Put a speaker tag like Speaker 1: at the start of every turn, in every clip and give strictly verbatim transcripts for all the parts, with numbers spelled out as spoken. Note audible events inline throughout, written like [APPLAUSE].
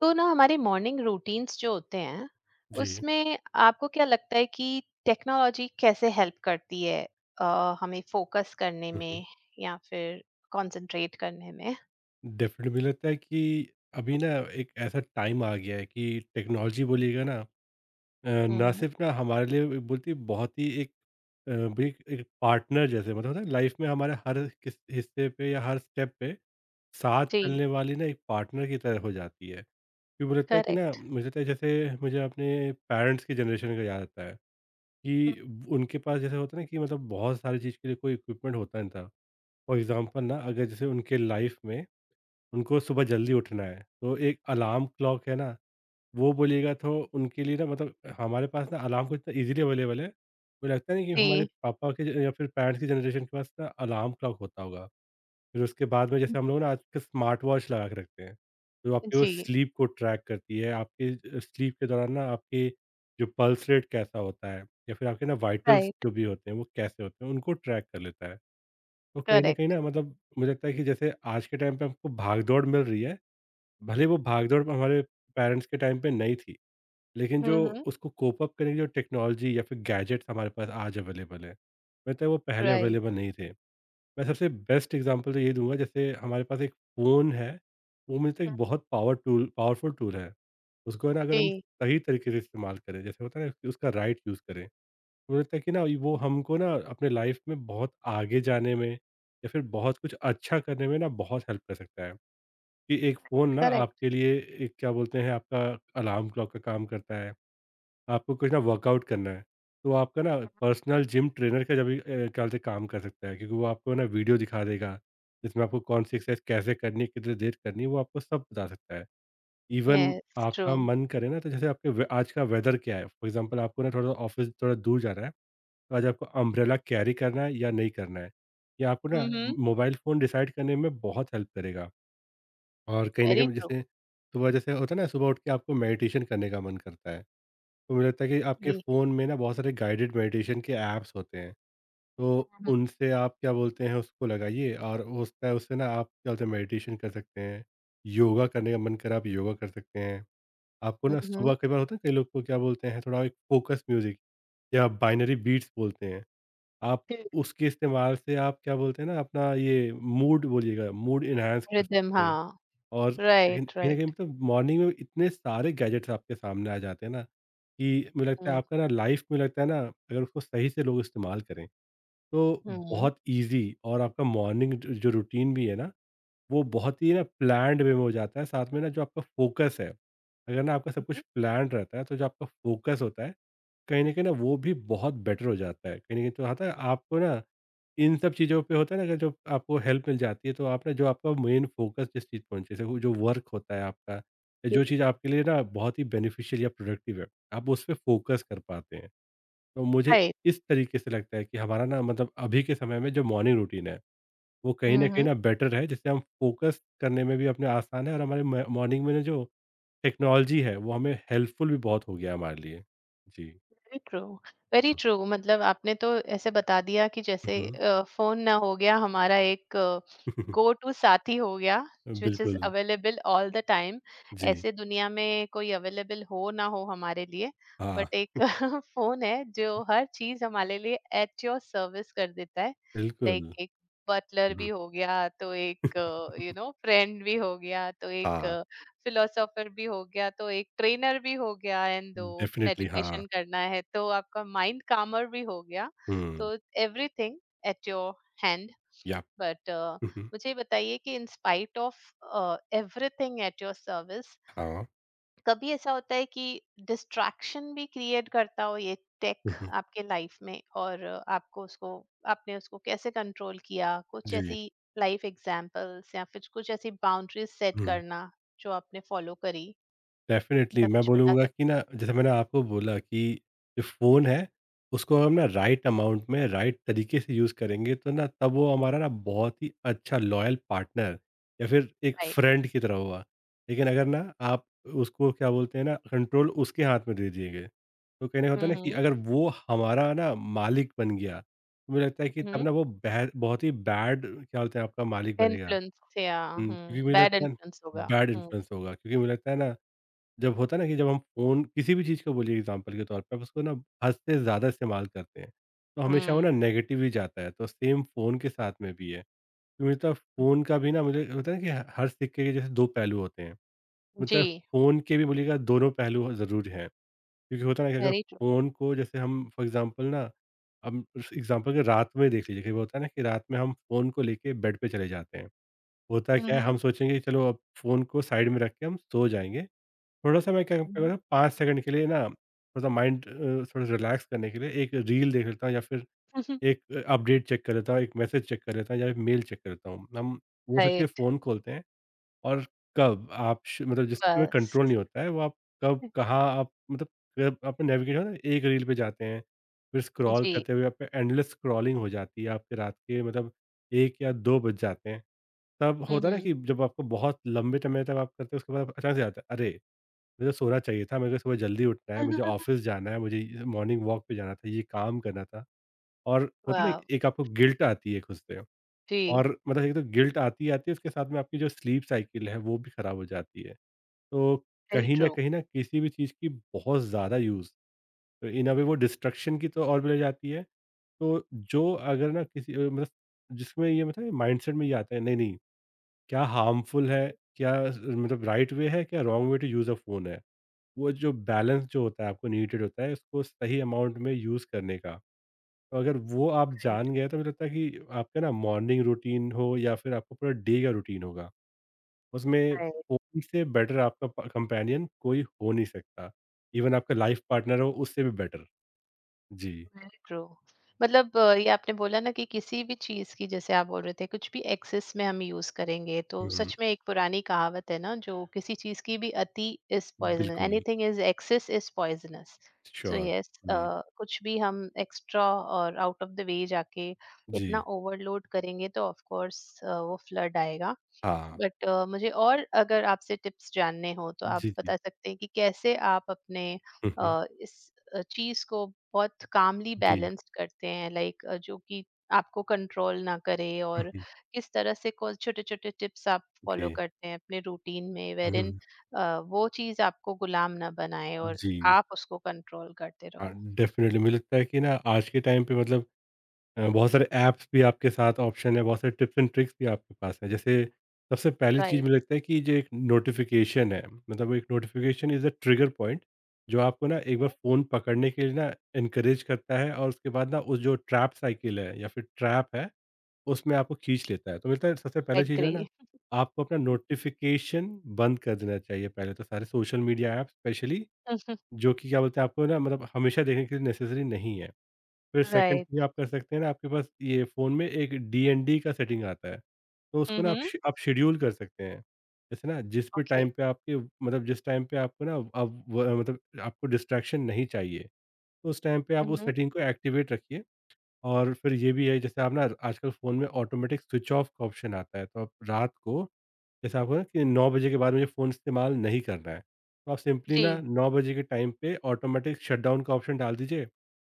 Speaker 1: तो ना हमारे मॉर्निंग रूटीन्स जो होते हैं
Speaker 2: जी।
Speaker 1: उसमें आपको क्या लगता है कि टेक्नोलॉजी कैसे हेल्प करती है, अ, हमें फोकस करने
Speaker 2: हुँ, हुँ।
Speaker 1: में या फिर कंसंट्रेट करने में.
Speaker 2: डेफ़िनेटली मुझे लगता है कि अभी ना एक ऐसा टाइम आ गया है कि टेक्नोलॉजी बोलिएगा ना, अ, ना
Speaker 1: हम्म.
Speaker 2: सिर्फ़ ना हमारे लिए बोलती है, बहुत ही एक अ, भी एक एक पार्टनर जैसे मतलब होता है, लाइफ़ में हमारे हर किस हिस्से पे या हर स्टेप पे साथ
Speaker 1: जी.
Speaker 2: चलने वाली ना एक पार्टनर की तरह हो जाती है। क्योंकि मुझे लगता है कि ना,
Speaker 1: करेक्ट.
Speaker 2: मुझे लगता है, जैसे मुझे अपने पेरेंट्स की जनरेशन का याद आता है कि उनके पास जैसे होता है ना, कि मतलब बहुत सारी चीज़ के लिए कोई इक्विपमेंट होता नहीं था। फॉर एग्ज़ाम्पल ना, अगर जैसे उनके लाइफ़ में उनको सुबह जल्दी उठना है, तो एक अलार्म क्लॉक है ना, वो बोलिएगा तो उनके लिए ना, मतलब हमारे पास ना अलार्म को इतना ईज़िली अवेलेबल है, मुझे लगता नहीं कि हमारे
Speaker 1: जी,
Speaker 2: पापा के ज या फिर पेरेंट्स की जनरेशन के पास ना अलार्म क्लॉक होता होगा। फिर उसके बाद में जैसे हम लोग ना आजकल स्मार्ट वॉच लगा के रखते हैं, तो आपके वो
Speaker 1: जी.
Speaker 2: स्लीप को ट्रैक करती है, आपके अ, स्लीप के दौरान ना आपकी जो पल्स रेट कैसा होता है या फिर आपके ना वाइटल्स
Speaker 1: राइट.
Speaker 2: जो भी होते हैं, वो कैसे होते हैं, उनको ट्रैक कर लेता है। तो कहीं न कहीं
Speaker 1: करेक्ट.
Speaker 2: ना, मतलब मुझे लगता है कि जैसे आज के टाइम पे हमको भाग-दौड़ मिल रही है, भले वो भागदौड़ हमारे पेरेंट्स के टाइम पे नहीं थी, लेकिन जो
Speaker 1: हम्म.
Speaker 2: उसको कोप अप करने की जो टेक्नोलॉजी या फिर गैजेट्स हमारे पास आज अवेलेबल है, मतलब वो पहले
Speaker 1: राइट.
Speaker 2: अवेलेबल नहीं थे। मैं सबसे बेस्ट एग्ज़ाम्पल तो ये दूँगा, जैसे हमारे पास एक फ़ोन है, वो मुझे लगता है एक बहुत पावर टूल पावरफुल टूल है। उसको ना अगर हम
Speaker 1: जी.
Speaker 2: सही तरीके से इस्तेमाल करें, जैसे होता है ना कि उसका राइट यूज़ करें, तो मुझे लगता है कि ना वो हमको ना अपने लाइफ़ में बहुत आगे जाने में या फिर बहुत कुछ अच्छा करने में ना बहुत हेल्प कर सकता है। कि एक फ़ोन ना
Speaker 1: करेक्ट.
Speaker 2: आपके लिए एक क्या बोलते हैं आपका अलार्म क्लॉक का काम करता है। आपको कुछ ना वर्कआउट करना है, तो आपका ना पर्सनल जिम ट्रेनर का जभी अ, क्या बोलते हैं काम कर सकता है, क्योंकि वो आपको ना वीडियो दिखा देगा, जिसमें आपको कौन सी एक्सरसाइज कैसे करनी है, कितनी देर करनी है, वो आपको सब बता सकता है। Even
Speaker 1: yes, true.
Speaker 2: आपका मन करे ना, तो जैसे आपके वे आज का वेदर क्या है? फॉर एग्ज़ाम्पल आपको ना थोड़ा ऑफ़िस थोड़ा दूर जाना है, तो आज आपको अम्ब्रेला कैरी करना है या नहीं करना है? ये आपको ना
Speaker 1: हम्म.
Speaker 2: मोबाइल फ़ोन डिसाइड करने में बहुत हेल्प करेगा। और कहीं न
Speaker 1: वेरी
Speaker 2: कहीं,
Speaker 1: ट्रू.
Speaker 2: जैसे सुबह जैसे होता है ना, सुबह उठ के आपको मेडिटेशन करने का मन करता है। तो मुझे लगता है कि आपके
Speaker 1: जी.
Speaker 2: फ़ोन में ना बहुत सारे गाइडेड मेडिटेशन के ऐप्स होते हैं। तो उनसे आप क्या बोलते हैं उसको लगाइए और हो सकता है उससे ना आप क्या बोलते हैं मेडिटेशन कर सकते हैं। योगा करने का मन करा, आप योगा कर सकते हैं। आपको ना सुबह
Speaker 1: हम्म.
Speaker 2: कई बार होता है, कई लोग को क्या बोलते हैं, थोड़ा एक फ़ोकस म्यूज़िक या बाइनरी बीट्स बोलते हैं। आप उसके इस्तेमाल से आप क्या बोलते हैं ना, अपना ये मूड बोलिएगा मूड एनहांस कर
Speaker 1: रिदम,
Speaker 2: सकते हैं।
Speaker 1: हाँ.
Speaker 2: और कहीं
Speaker 1: राइट,
Speaker 2: कहीं न कहीं,
Speaker 1: राइट.
Speaker 2: मतलब मॉर्निंग में इतने सारे गैजेट्स आपके सामने आ जाते हैं ना, कि मुझे लगता है
Speaker 1: हम्म,
Speaker 2: आपका ना लाइफ़ में लगता है ना, अगर उसको सही से लोग इस्तेमाल करें, तो
Speaker 1: हम्म.
Speaker 2: बहुत ईज़ी, और आपका मॉर्निंग ज जो रूटीन भी है ना, वो बहुत ही ना प्लान्ड वे में हो जाता है। साथ में ना जो आपका फ़ोकस है, अगर ना आपका सब कुछ प्लान्ड रहता है, तो जो आपका फ़ोकस होता है, कहीं न कहीं ना वो भी बहुत बेटर हो जाता है। कहीं न कहीं तो आता है आपको ना, इन सब चीज़ों पे होता है ना कि जब आपको हेल्प मिल जाती है, तो आप ना जो आपका मेन फोकस जिस चीज़ पे होना चाहिए, जैसे वो जो वर्क होता है आपका, या जो चीज़ आपके लिए ना बहुत ही बेनिफिशियल या प्रोडक्टिव है, आप उस पे फोकस कर पाते हैं। तो मुझे
Speaker 1: राइट.
Speaker 2: इस तरीके से लगता है कि हमारा ना, मतलब अभी के समय में जो मॉर्निंग रूटीन है वो कहीं ना कहीं
Speaker 1: हम्म.
Speaker 2: ना बेटर है, जिससे हम फोकस करने में भी अपने आसान है, और हमारे मॉर्निंग में ना जो टेक्नोलॉजी है वो हमें हेल्पफुल भी बहुत हो गया हमारे लिए। जी।
Speaker 1: Very true. वेरी ट्रू, मतलब आपने तो ऐसे बता दिया कि जैसे
Speaker 2: मम्म।
Speaker 1: फोन ना हो गया हमारा एक
Speaker 2: [LAUGHS]
Speaker 1: गो टू साथी हो गया, विच इज
Speaker 2: बिल्कुल।
Speaker 1: Available all the time.
Speaker 2: जी।
Speaker 1: ऐसे दुनिया में कोई अवेलेबल हो ना हो हमारे लिए,
Speaker 2: हाँ।
Speaker 1: बट एक [LAUGHS] फोन है जो हर चीज हमारे लिए एट योर सर्विस कर देता है. लाइक
Speaker 2: बिल्कुल।
Speaker 1: एक बटलर
Speaker 2: हम्म,
Speaker 1: भी हो गया, तो एक यू नो फ्रेंड भी हो गया, तो एक
Speaker 2: हाँ।
Speaker 1: फिलोसोफर भी हो गया, तो एक ट्रेनर भी हो गया एंड दो
Speaker 2: डेफ़िनेटली, हाँ।
Speaker 1: मेडिटेशन करना है, तो आपका माइंड कामर भी हो गया.
Speaker 2: हुँ।
Speaker 1: तो everything at your hand.
Speaker 2: Yeah.
Speaker 1: But
Speaker 2: हुँ, हुँ।
Speaker 1: मुझे ये बताइए कि in spite of everything at your service,
Speaker 2: हाँ।
Speaker 1: कभी ऐसा होता है कि डिस्ट्रैक्शन भी क्रिएट करता हो ये टेक
Speaker 2: हुँ, हुँ।
Speaker 1: आपके लाइफ में, और uh, आपको उसको आपने उसको कैसे कंट्रोल किया? कुछ
Speaker 2: जी।
Speaker 1: ऐसी लाइफ एग्जांपल्स या फिर कुछ ऐसी बाउंड्रीज सेट
Speaker 2: हुँ।
Speaker 1: करना जो आपने फॉलो करी?
Speaker 2: डेफ़िनेटली,
Speaker 1: ऐसा
Speaker 2: मैं
Speaker 1: कुछ बता
Speaker 2: बोलूँगा
Speaker 1: सक.
Speaker 2: कि ना, जैसे मैंने आपको बोला कि जो फ़ोन है, उसको हम ना राइट अमाउंट में, राइट तरीके से यूज़ करेंगे, तो ना तब वो हमारा ना बहुत ही अच्छा लॉयल पार्टनर या फिर एक
Speaker 1: राइट.
Speaker 2: फ्रेंड की तरह होगा। लेकिन अगर ना आप उसको क्या बोलते हैं ना, कंट्रोल उसके हाथ में दे दिएँगे, तो कहने का होता है
Speaker 1: हुँ,
Speaker 2: ना कि
Speaker 1: हुँ.
Speaker 2: अगर वो हमारा ना मालिक बन गया, तो मुझे लगता है कि तब
Speaker 1: हुँ,
Speaker 2: ना वो बेह बहुत ही बैड क्या बोलते हैं आपका मालिक बनेगा।
Speaker 1: इन्फ्लुएंस या
Speaker 2: हुँ,
Speaker 1: हुँ,
Speaker 2: क्योंकि मुझे
Speaker 1: बैड
Speaker 2: लगता है
Speaker 1: इन्फ्लुएंस होगा.
Speaker 2: बैड
Speaker 1: हुँ,
Speaker 2: इन्फ्लुएंस होगा, क्योंकि मुझे लगता है ना, जब होता है ना कि जब हम फ़ोन, किसी भी चीज़ को बोलिए एग्ज़ाम्पल के तौर पे, आप उसको ना हद से ज़्यादा इस्तेमाल करते हैं, तो हमेशा वो ना
Speaker 1: हुँ.
Speaker 2: नेगेटिव ही जाता है, तो सेम फ़ोन के साथ में भी है। तो मुझे तो फ़ोन का भी ना, मुझे होता है ना कि हर सिक्के के जैसे दो पहलू होते हैं, मतलब
Speaker 1: जी.
Speaker 2: फ़ोन के भी बोलिएगा दोनों पहलू ज़रूर हैं। क्योंकि होता है ना कि अगर
Speaker 1: वेरी ट्रू.
Speaker 2: फ़ोन को जैसे हम फॉर एग्ज़ाम्पल ना, हम एग्ज़ाम्पल के रात में देख लीजिए, कई बार होता है ना कि रात में हम फ़ोन को लेके बेड पे चले जाते हैं। होता
Speaker 1: हुँ,
Speaker 2: क्या है,
Speaker 1: हुँ.
Speaker 2: हम सोचेंगे कि चलो अब फ़ोन को साइड में रख के हम सो जाएँगे, थोड़ा-सा मैं क्या करता हूँ ना, पाँच सेकंड के लिए ना, थोड़ा-सा माइंड अ, थोड़ा रिलैक्स करने के लिए एक रील देख लेता हूँ, या फिर
Speaker 1: हुँ,
Speaker 2: एक अ, अपडेट चेक कर लेता हूँ, एक मैसेज चेक कर लेता हूँ, या एक मेल चेक कर लेता हूँ। हम वो सोच के
Speaker 1: राइट.
Speaker 2: फ़ोन खोलते हैं, और कब आप श मतलब
Speaker 1: [LAUGHS]
Speaker 2: जिसमें
Speaker 1: बस.
Speaker 2: कंट्रोल नहीं होता है, वो आप कब, कहाँ आप मतलब, जब आपने नेविगेट हो ना एक रील पे जाते हैं, फिर स्क्रॉल
Speaker 1: जी.
Speaker 2: करते हुए आप पे एंडलेस स्क्रॉलिंग हो जाती है, आपके रात के मतलब एक या दो बज जाते हैं। तब
Speaker 1: हुँ,
Speaker 2: होता है ना
Speaker 1: हुँ.
Speaker 2: कि जब आपको बहुत लंबे समय तक आप करते हो, उसके बाद अचानक से याद आता है, अरे! मुझे सोना चाहिए था, मेरे को सुबह जल्दी उठना है,
Speaker 1: वाव!
Speaker 2: मुझे
Speaker 1: [LAUGHS]
Speaker 2: ऑफ़िस जाना है, मुझे ये मॉर्निंग वॉक पे जाना था, ये काम करना था, और होता है ना एक आपको गिल्ट आती है खुद से, और
Speaker 1: जी.
Speaker 2: मतलब एक तो गिल्ट आती-आती है, उसके साथ में आपकी जो स्लीप साइकिल है, वो भी खराब हो जाती है। तो
Speaker 1: वेरी
Speaker 2: कहीं न
Speaker 1: ट्रू.
Speaker 2: कहीं ना, किसी भी चीज़ की बहुत ज़्यादा यूज़, तो इन अ वे वो डिस्ट्रैक्शन की तो ओर भी ले जाती है। तो जो अगर ना किसी अ, मतलब जिसमें ये, मतलब माइंडसेट में ये आता है नहीं, नहीं, क्या हार्मफुल है, क्या मतलब राइट वे है, क्या wrong way to use a phone है। वो जो बैलेंस जो होता है, आपको नीडेड होता है उसको सही अमाउंट में यूज़ करने का। तो अगर वो आप
Speaker 1: राइट.
Speaker 2: जान गए, तो मुझे लगता है कि आपका ना मॉर्निंग रूटीन हो या फिर आपका पूरा डे का रूटीन होगा, उसमें
Speaker 1: राइट.
Speaker 2: फ़ोन से बेटर आपका प कंपेनियन कोई हो नहीं सकता। इवन आपका लाइफ़ पार्टनर हो, उससे भी बेटर। जी।
Speaker 1: Very true. मतलब अ, ये आपने बोला ना कि किसी भी चीज की, जैसे आप बोल रहे थे, कुछ भी एक्सेस में हम यूज करेंगे, तो
Speaker 2: हुँ, हुँ।
Speaker 1: सच में एक पुरानी कहावत है ना, जो किसी चीज की भी अति इज पॉइजनस,
Speaker 2: बिल्कुल,
Speaker 1: anything is excess is poisonous. So
Speaker 2: sure.
Speaker 1: Yes,
Speaker 2: हुँ।
Speaker 1: कुछ भी हम एक्स्ट्रा और आउट ऑफ द वे जाके
Speaker 2: जी।
Speaker 1: इतना ओवरलोड करेंगे तो ऑफ कोर्स वो फ्लड आएगा.
Speaker 2: हाँ।
Speaker 1: बट अ, मुझे, और अगर आपसे टिप्स जानने हो तो आप
Speaker 2: जी, जी।
Speaker 1: बता सकते हैं कि कैसे आप अपने
Speaker 2: हुँ, हुँ।
Speaker 1: अ, इस अ, चीज़ को बहुत कामली
Speaker 2: जी।
Speaker 1: बैलेंस्ड करते हैं, लाइक जो कि आपको कंट्रोल ना करे,
Speaker 2: हुँ,
Speaker 1: और
Speaker 2: हुँ।
Speaker 1: किस तरह से कौन छोटे छोटे टिप्स आप
Speaker 2: ओके।
Speaker 1: फॉलो करते हैं अपने रूटीन में वेरिन
Speaker 2: हुँ,
Speaker 1: वो चीज़ आपको गुलाम ना बनाए, और
Speaker 2: जी।
Speaker 1: आप उसको कंट्रोल करते
Speaker 2: हाँ,
Speaker 1: रहो.
Speaker 2: डेफ़िनिटली मुझे लगता है कि ना आज के टाइम पे मतलब, अ, बहुत सारे ऐप्स भी आपके साथ ऑप्शन है, बहुत सारे टिप्स एंड ट्रिक्स भी आपके पास हैं। जैसे सबसे पहली चीज़
Speaker 1: राइट.
Speaker 2: मुझे लगता है कि जो एक नोटिफ़िकेशन है, मतलब एक notification is a trigger point, जो आपको ना एक बार फ़ोन पकड़ने के लिए ना एनकरेज करता है, और उसके बाद ना उस जो ट्रैप साइकिल है या फिर ट्रैप है, उसमें आपको खींच लेता है। तो मिलता है, सबसे पहली चीज़ जो है
Speaker 1: एग्री.
Speaker 2: ना, आपको अपना नोटिफ़िकेशन बंद कर देना चाहिए, पहले तो सारे सोशल मीडिया ऐप्स स्पेशली,
Speaker 1: [LAUGHS]
Speaker 2: जो कि क्या बोलते हैं, आपको ना मतलब हमेशा देखने के लिए नेसेसरी नहीं है। फिर सेकंड चीज़
Speaker 1: राइट.
Speaker 2: आप कर सकते हैं ना, आपके पास ये फ़ोन में एक डी एन डी का सेटिंग आता है। तो उसको ना आप
Speaker 1: हम्म.
Speaker 2: श आप शेड्यूल कर सकते हैं। जैसे ना, जिस भी
Speaker 1: ओके.
Speaker 2: टाइम पे आपके मतलब, जिस टाइम पे आपको ना अब व मतलब आपको डिस्ट्रैक्शन नहीं चाहिए, तो उस टाइम पे आप उस
Speaker 1: हम्म.
Speaker 2: सेटिंग को एक्टिवेट रखिए। और फिर ये भी है, जैसे आप ना आजकल फ़ोन में ऑटोमेटिक स्विच ऑफ का ऑप्शन आता है, तो आप रात को जैसे आपको ना कि नौ बजे के बाद मुझे फ़ोन इस्तेमाल नहीं करना है। तो आप
Speaker 1: [LAUGHS]
Speaker 2: सिंपली
Speaker 1: जी.
Speaker 2: ना नौ बजे के टाइम पे ऑटोमेटिक शटडाउन का ऑप्शन डाल दीजिए।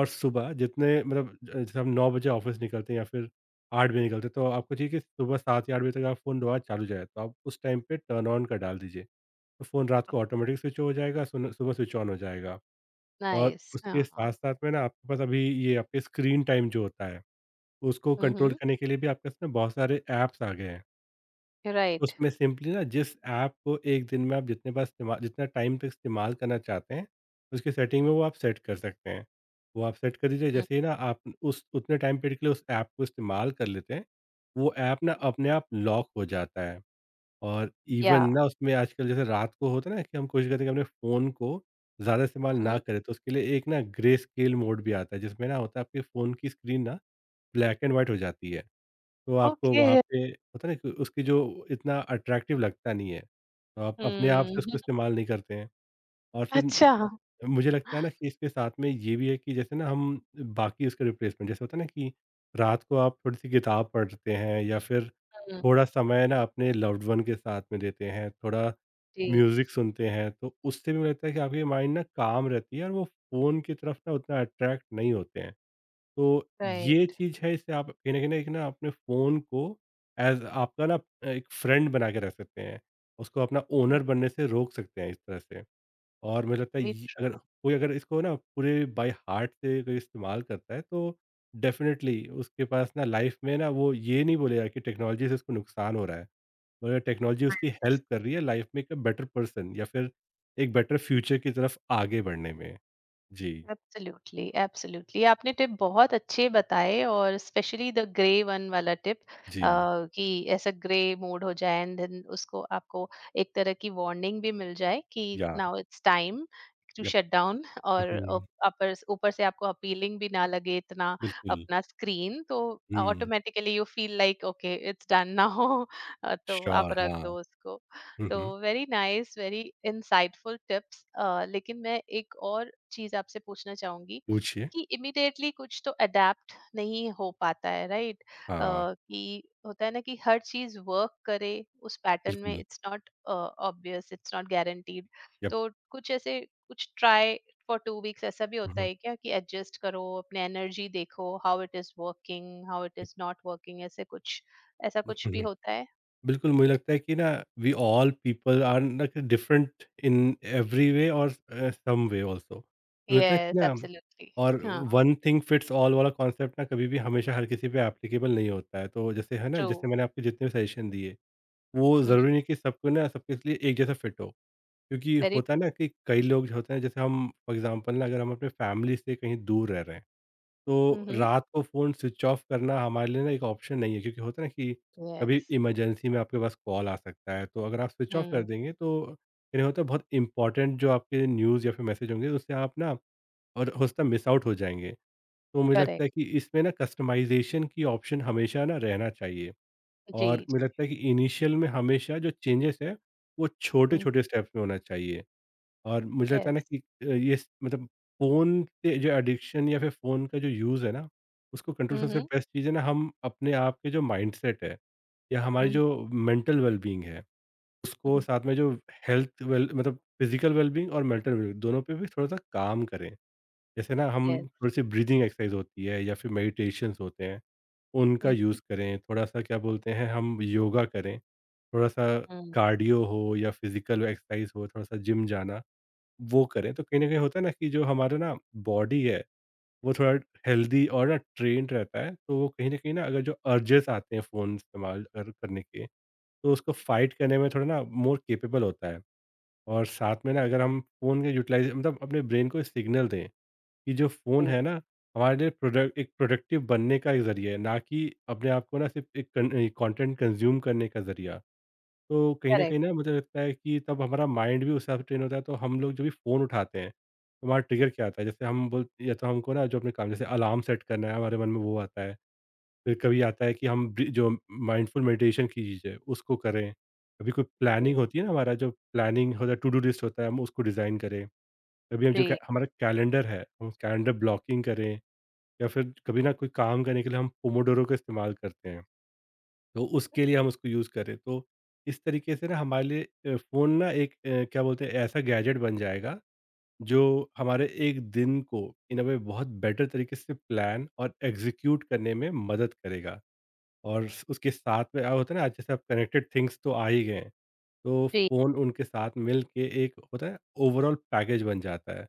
Speaker 2: और सुबह जितने मतलब ज जैसे हम नौ बजे ऑफ़िस निकलते हैं या फिर आठ बजे निकलते हैं, तो आपको चाहिए कि सुबह सात या आठ बजे तक आप फ़ोन दोबारा चालू हो जाए। तो आप उस टाइम पे टर्न ऑन का डाल दीजिए। तो फ़ोन रात को ऑटोमेटिक स्विच हो जाएगा, सुन सुबह स्विच ऑन हो जाएगा। और
Speaker 1: नाइस,
Speaker 2: उसके
Speaker 1: हाँ.
Speaker 2: साथ-साथ में ना आपके पास अभी ये आपके स्क्रीन टाइम जो होता है, उसको कंट्रोल
Speaker 1: हम्म.
Speaker 2: करने के लिए भी आपके पास ना बहुत सारे ऐप्स आ गए हैं।
Speaker 1: राइट.
Speaker 2: उसमें सिंपली ना जिस ऐप को एक दिन में आप जितने बार इस्तेमाल जितना टाइम तक इस्तेमाल करना चाहते हैं, उसकी सेटिंग में वो आप सेट कर सकते हैं। वो आप सेट कर दीजिए।
Speaker 1: हुँ.
Speaker 2: जैसे ही ना आप उस उतने टाइम पीरियड के लिए उस ऐप को इस्तेमाल कर लेते हैं, वो ऐप ना अपने आप लॉक हो जाता है। और इवन
Speaker 1: या.
Speaker 2: ना उसमें आजकल जैसे रात को होता है ना कि हम कोशिश करते हैं कि अपने फ़ोन को ज़्यादा इस्तेमाल ना
Speaker 1: हुँ.
Speaker 2: करें, तो उसके लिए एक ना ग्रे स्केल मोड भी आता है, जिसमें ना होता है आपके फ़ोन की स्क्रीन ना ब्लैक एंड व्हाइट हो जाती है। तो आपको
Speaker 1: ओके.
Speaker 2: वहाँ पे होता है ना कि उसकी जो इतना अट्रैक्टिव लगता नहीं है, तो आप अपने आप
Speaker 1: हुँ.
Speaker 2: से उसको
Speaker 1: [LAUGHS]
Speaker 2: इस्तेमाल नहीं करते हैं। और फिर
Speaker 1: अच्छा.
Speaker 2: मुझे लगता है ना कि इसके साथ में ये भी है कि जैसे ना हम बाकी उसके रिप्लेसमेंट जैसे होता है ना कि रात को आप थोड़ी-सी किताब पढ़ते हैं, या फिर
Speaker 1: हुँ.
Speaker 2: थोड़ा समय ना अपने लव्ड वन के साथ में देते हैं, थोड़ा
Speaker 1: जी.
Speaker 2: म्यूज़िक सुनते हैं, तो उससे भी मुझे लगता है कि आपकी माइंड ना काम रहती है और वो फ़ोन की तरफ ना उतना अट्रैक्ट नहीं होते हैं। तो ये
Speaker 1: राइट.
Speaker 2: चीज़ है, इससे आप कहीं न कहीं एक ना अपने फ़ोन को एज़ आपका ना एक फ्रेंड बना के रख सकते हैं। उसको अपना
Speaker 1: हुँ.
Speaker 2: ओनर बनने से रोक सकते हैं, इस तरह से। और मुझे लगता है
Speaker 1: वेरी
Speaker 2: ये अगर
Speaker 1: ट्रू.
Speaker 2: कोई, अगर इसको ना पूरे बाय हार्ट से कोई इस्तेमाल करता है, तो डेफ़िनेटली उसके पास ना लाइफ़ में ना वो ये नहीं बोलेगा कि टेक्नोलॉजी से उसको नुकसान हो रहा है। मगर टेक्नोलॉजी उसकी हेल्प कर रही है लाइफ़ में एक बेटर पर्सन या फिर एक बेटर फ्यूचर की तरफ आगे बढ़ने में। जी,
Speaker 1: एब्सोल्युटली, एब्सोल्युटली, आपने टिप बहुत अच्छे बताए, और स्पेशली द ग्रे वन वाला टिप,
Speaker 2: जी।
Speaker 1: कि ऐसा ग्रे मोड हो जाए एंड देन उसको आपको एक तरह की वार्निंग भी मिल जाए कि
Speaker 2: yeah,
Speaker 1: now it's time to
Speaker 2: yup.
Speaker 1: Shut down. और
Speaker 2: हुँ, हुँ।
Speaker 1: ऊपर ऊपर से आपको अपीलिंग भी ना लगे इतना
Speaker 2: बिल्कुल।
Speaker 1: अपना स्क्रीन, तो
Speaker 2: हुँ,
Speaker 1: automatically you feel like okay it's done ना हो. अ, [LAUGHS] तो आप
Speaker 2: श्योर
Speaker 1: रख
Speaker 2: हाँ।
Speaker 1: दो उसको.
Speaker 2: हुँ,
Speaker 1: तो
Speaker 2: हुँ,
Speaker 1: very nice, very insightful tips. लेकिन मैं एक और चीज आपसे पूछना चाहूंगी
Speaker 2: पूछिए।
Speaker 1: कि इमिडिएटली कुछ तो अडेप्ट नहीं हो पाता है, राइट?
Speaker 2: हाँ,
Speaker 1: कि होता है ना कि हर चीज वर्क करे उस पैटर्न में,
Speaker 2: बिल्कुल,
Speaker 1: it's not obvious, it's not guaranteed.
Speaker 2: Yup.
Speaker 1: तो कुछ ऐसे कुछ ट्राई फॉर टू वीक्स ऐसा भी
Speaker 2: हुँ,
Speaker 1: होता
Speaker 2: हुँ,
Speaker 1: है क्या कि एडजस्ट करो अपने एनर्जी, देखो how it is working, how it
Speaker 2: yup.
Speaker 1: Is not working, ऐसे कुछ ऐसा
Speaker 2: हुँ,
Speaker 1: कुछ भी
Speaker 2: हुँ।
Speaker 1: होता है?
Speaker 2: बिल्कुल, मुझे लगता है कि ना वी ऑल पीपल आर ना कि डिफरेंट इन एवरी वे और अ, सम वे आल्सो। मुझे लगता है कि
Speaker 1: यस,
Speaker 2: ना
Speaker 1: एब्सोल्युटली.
Speaker 2: और वन थिंग फिट्स ऑल वाला कॉन्सेप्ट ना कभी भी हमेशा हर किसी पे एप्लीकेबल नहीं होता है। तो जैसे है ना,
Speaker 1: True.
Speaker 2: जैसे मैंने आपको जितने भी सजेशन दिए, वो
Speaker 1: Mm,
Speaker 2: ज़रूरी नहीं कि सबको ना सबके लिए एक जैसा फिट हो। क्योंकि
Speaker 1: very
Speaker 2: होता है
Speaker 1: true.
Speaker 2: ना कि कई लोग होते हैं, जैसे हम फॉर एग्ज़ाम्पल ना अगर हम अपने फैमिली से कहीं दूर रह रहे हैं, तो
Speaker 1: Mhm.
Speaker 2: रात को फ़ोन स्विच ऑफ करना हमारे लिए ना एक ऑप्शन नहीं है। क्योंकि होता है ना कि कभी
Speaker 1: Yes.
Speaker 2: इमरजेंसी में आपके पास कॉल आ सकता है, तो अगर आप स्विच ऑफ कर
Speaker 1: Mm,
Speaker 2: देंगे तो यानी होता है बहुत इंपॉर्टेंट जो आपके न्यूज़ या फिर मैसेज होंगे, उससे आप ना और होता मिस आउट हो जाएँगे। तो मुझे लगता
Speaker 1: correct.
Speaker 2: है कि इसमें ना कस्टमाइज़ेशन की ऑप्शन हमेशा ना रहना चाहिए।
Speaker 1: जी,
Speaker 2: और
Speaker 1: जी.
Speaker 2: मुझे लगता है कि इनिशियल में हमेशा जो चेंजेस हैं, वो
Speaker 1: Mm.
Speaker 2: छोटे-छोटे स्टेप्स में होना चाहिए। और मुझे लगता है ना
Speaker 1: Yes.
Speaker 2: कि अ, ये स मतलब फ़ोन से जो एडिक्शन या फिर फ़ोन का जो यूज़ है ना, उसको कंट्रोल सबसे हुँ।
Speaker 1: Mhm.
Speaker 2: बेस्ट चीज़ है ना, हम अपने आप के जो माइंडसेट है या हमारी
Speaker 1: Mhm.
Speaker 2: जो मेंटल वेलबीइंग है, उसको साथ
Speaker 1: Mhm.
Speaker 2: में जो हेल्थ वेल मतलब फिज़िकल वेलबीइंग और मेंटल वेलबीइंग दोनों पे भी थोड़ा-सा काम करें। जैसे ना हम
Speaker 1: Yes.
Speaker 2: थोड़ी-सी ब्रीथिंग एक्सरसाइज़ होती है या फिर मेडिटेशंस होते हैं, उनका
Speaker 1: Mhm.
Speaker 2: यूज़ करें, थोड़ा-सा क्या बोलते हैं हम योगा करें, थोड़ा-सा
Speaker 1: Mm.
Speaker 2: कार्डियो हो या फिज़िकल एक्सरसाइज़ हो, थोड़ा-सा जिम जाना। वो करें, तो कहीं न कहीं होता है ना कि जो हमारा ना बॉडी है, वो थोड़ा हेल्दी और ना ट्रेन्ड रहता है। तो वो कहीं न कहीं ना अगर जो अर्जेस आते हैं फ़ोन इस्तेमाल कर करने के, तो उसको फ़ाइट करने में थोड़ा ना मोर केपेबल होता है। और साथ में ना अगर हम फ़ोन के यूटिलाइज़ मतलब अपने ब्रेन को सिग्नल दें कि जो फ़ोन
Speaker 1: जी.
Speaker 2: है ना, हमारे लिए प्रोडक्ट एक प्रोडक्टिव बनने का एक ज़रिया है, ना कि अपने आप को ना सिर्फ़ एक कन अ, कंटेंट कंज़्यूम करने का ज़रिया। तो कहीं न कहीं
Speaker 1: करेक्ट.
Speaker 2: ना मुझे लगता है कि तब हमारा माइंड भी उस हिसाब से ट्रेन होता है, तो हम लोग जब भी फ़ोन उठाते हैं, तो हमारा ट्रिगर क्या आता है? जैसे हम बोल या तो हमको ना जो अपने काम जैसे अलार्म सेट करना है, हमारे मन में वो आता है। फिर कभी आता है कि हम ब्री जो माइंडफुल मेडिटेशन की चीज़ है, उसको करें। कभी कोई प्लानिंग
Speaker 1: जी,
Speaker 2: होती है ना हमारा जो प्लानिंग होता है, टू डू लिस्ट होता है, हम उसको डिज़ाइन करें। कभी हम जो कै हमारा कैलेंडर है, हम कैलेंडर ब्लॉकिंग करें या फिर कभी ना कोई काम करने के लिए हम पोमोडोरो का इस्तेमाल करते हैं। तो उसके लिए हम उसको यूज़ करें। तो इस तरीके से ना हमारे लिए अ, फ़ोन ना एक अ, क्या बोलते हैं ऐसा गैजेट बन जाएगा जो हमारे एक दिन को इन अ वे बहुत बेटर तरीके से प्लान और एग्ज़ीक्यूट करने में मदद करेगा। और स उसके साथ में अ, होता है ना आज जैसे अब कनेक्टेड थिंग्स तो आ ही गए हैं। तो
Speaker 1: जी. जी.
Speaker 2: फ़ोन उनके साथ मिल के एक होता है, ओवरॉल पैकेज बन जाता है।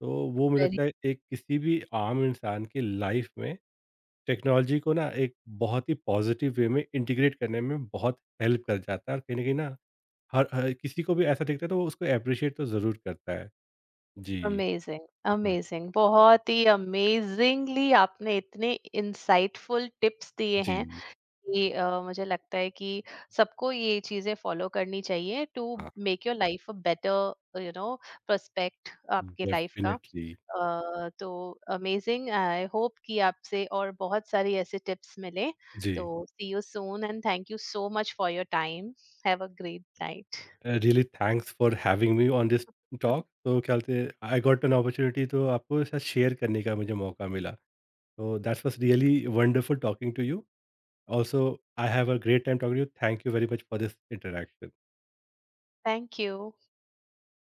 Speaker 2: तो वो मुझे
Speaker 1: वेरी.
Speaker 2: लगता है एक किसी भी आम इंसान की लाइफ़ में टेक्नोलॉजी को ना एक बहुत ही पॉजिटिव वे में इंटीग्रेट करने में बहुत हेल्प कर जाता है, और कहीं न कहीं ना हर हर किसी को भी ऐसा दिखता है, तो वो उसको एप्रिशिएट तो ज़रूर करता है। जी।
Speaker 1: अमेज़िंग,
Speaker 2: हुँ,
Speaker 1: अमेज़िंग, बहुत ही अमेज़िंगली आपने इतने इनसाइटफुल टिप्स दिए
Speaker 2: जी।
Speaker 1: हैं कि अ, मुझे लगता है कि सबको ये चीज़ें फॉलो करनी चाहिए, टू
Speaker 2: हाँ,
Speaker 1: make your life a better, you know, perspective आपके लाइफ का.
Speaker 2: डेफ़िनिटली।
Speaker 1: अ, तो अमेजिंग, आई होप कि आपसे और बहुत सारी ऐसे टिप्स मिले.
Speaker 2: जी।
Speaker 1: तो see you soon and thank you so much for your time. Have a great night.
Speaker 2: Uh, really thanks for having me on this talk. तो क्या बोलते हैं आई गॉट एन अपॉर्च्युनिटी, तो आपको साथ शेयर करने का मुझे मौका मिला। तो that was really wonderful talking to you. Also I have a great time talking to you. Thank you very much for this interaction.
Speaker 1: Thank you. [LAUGHS]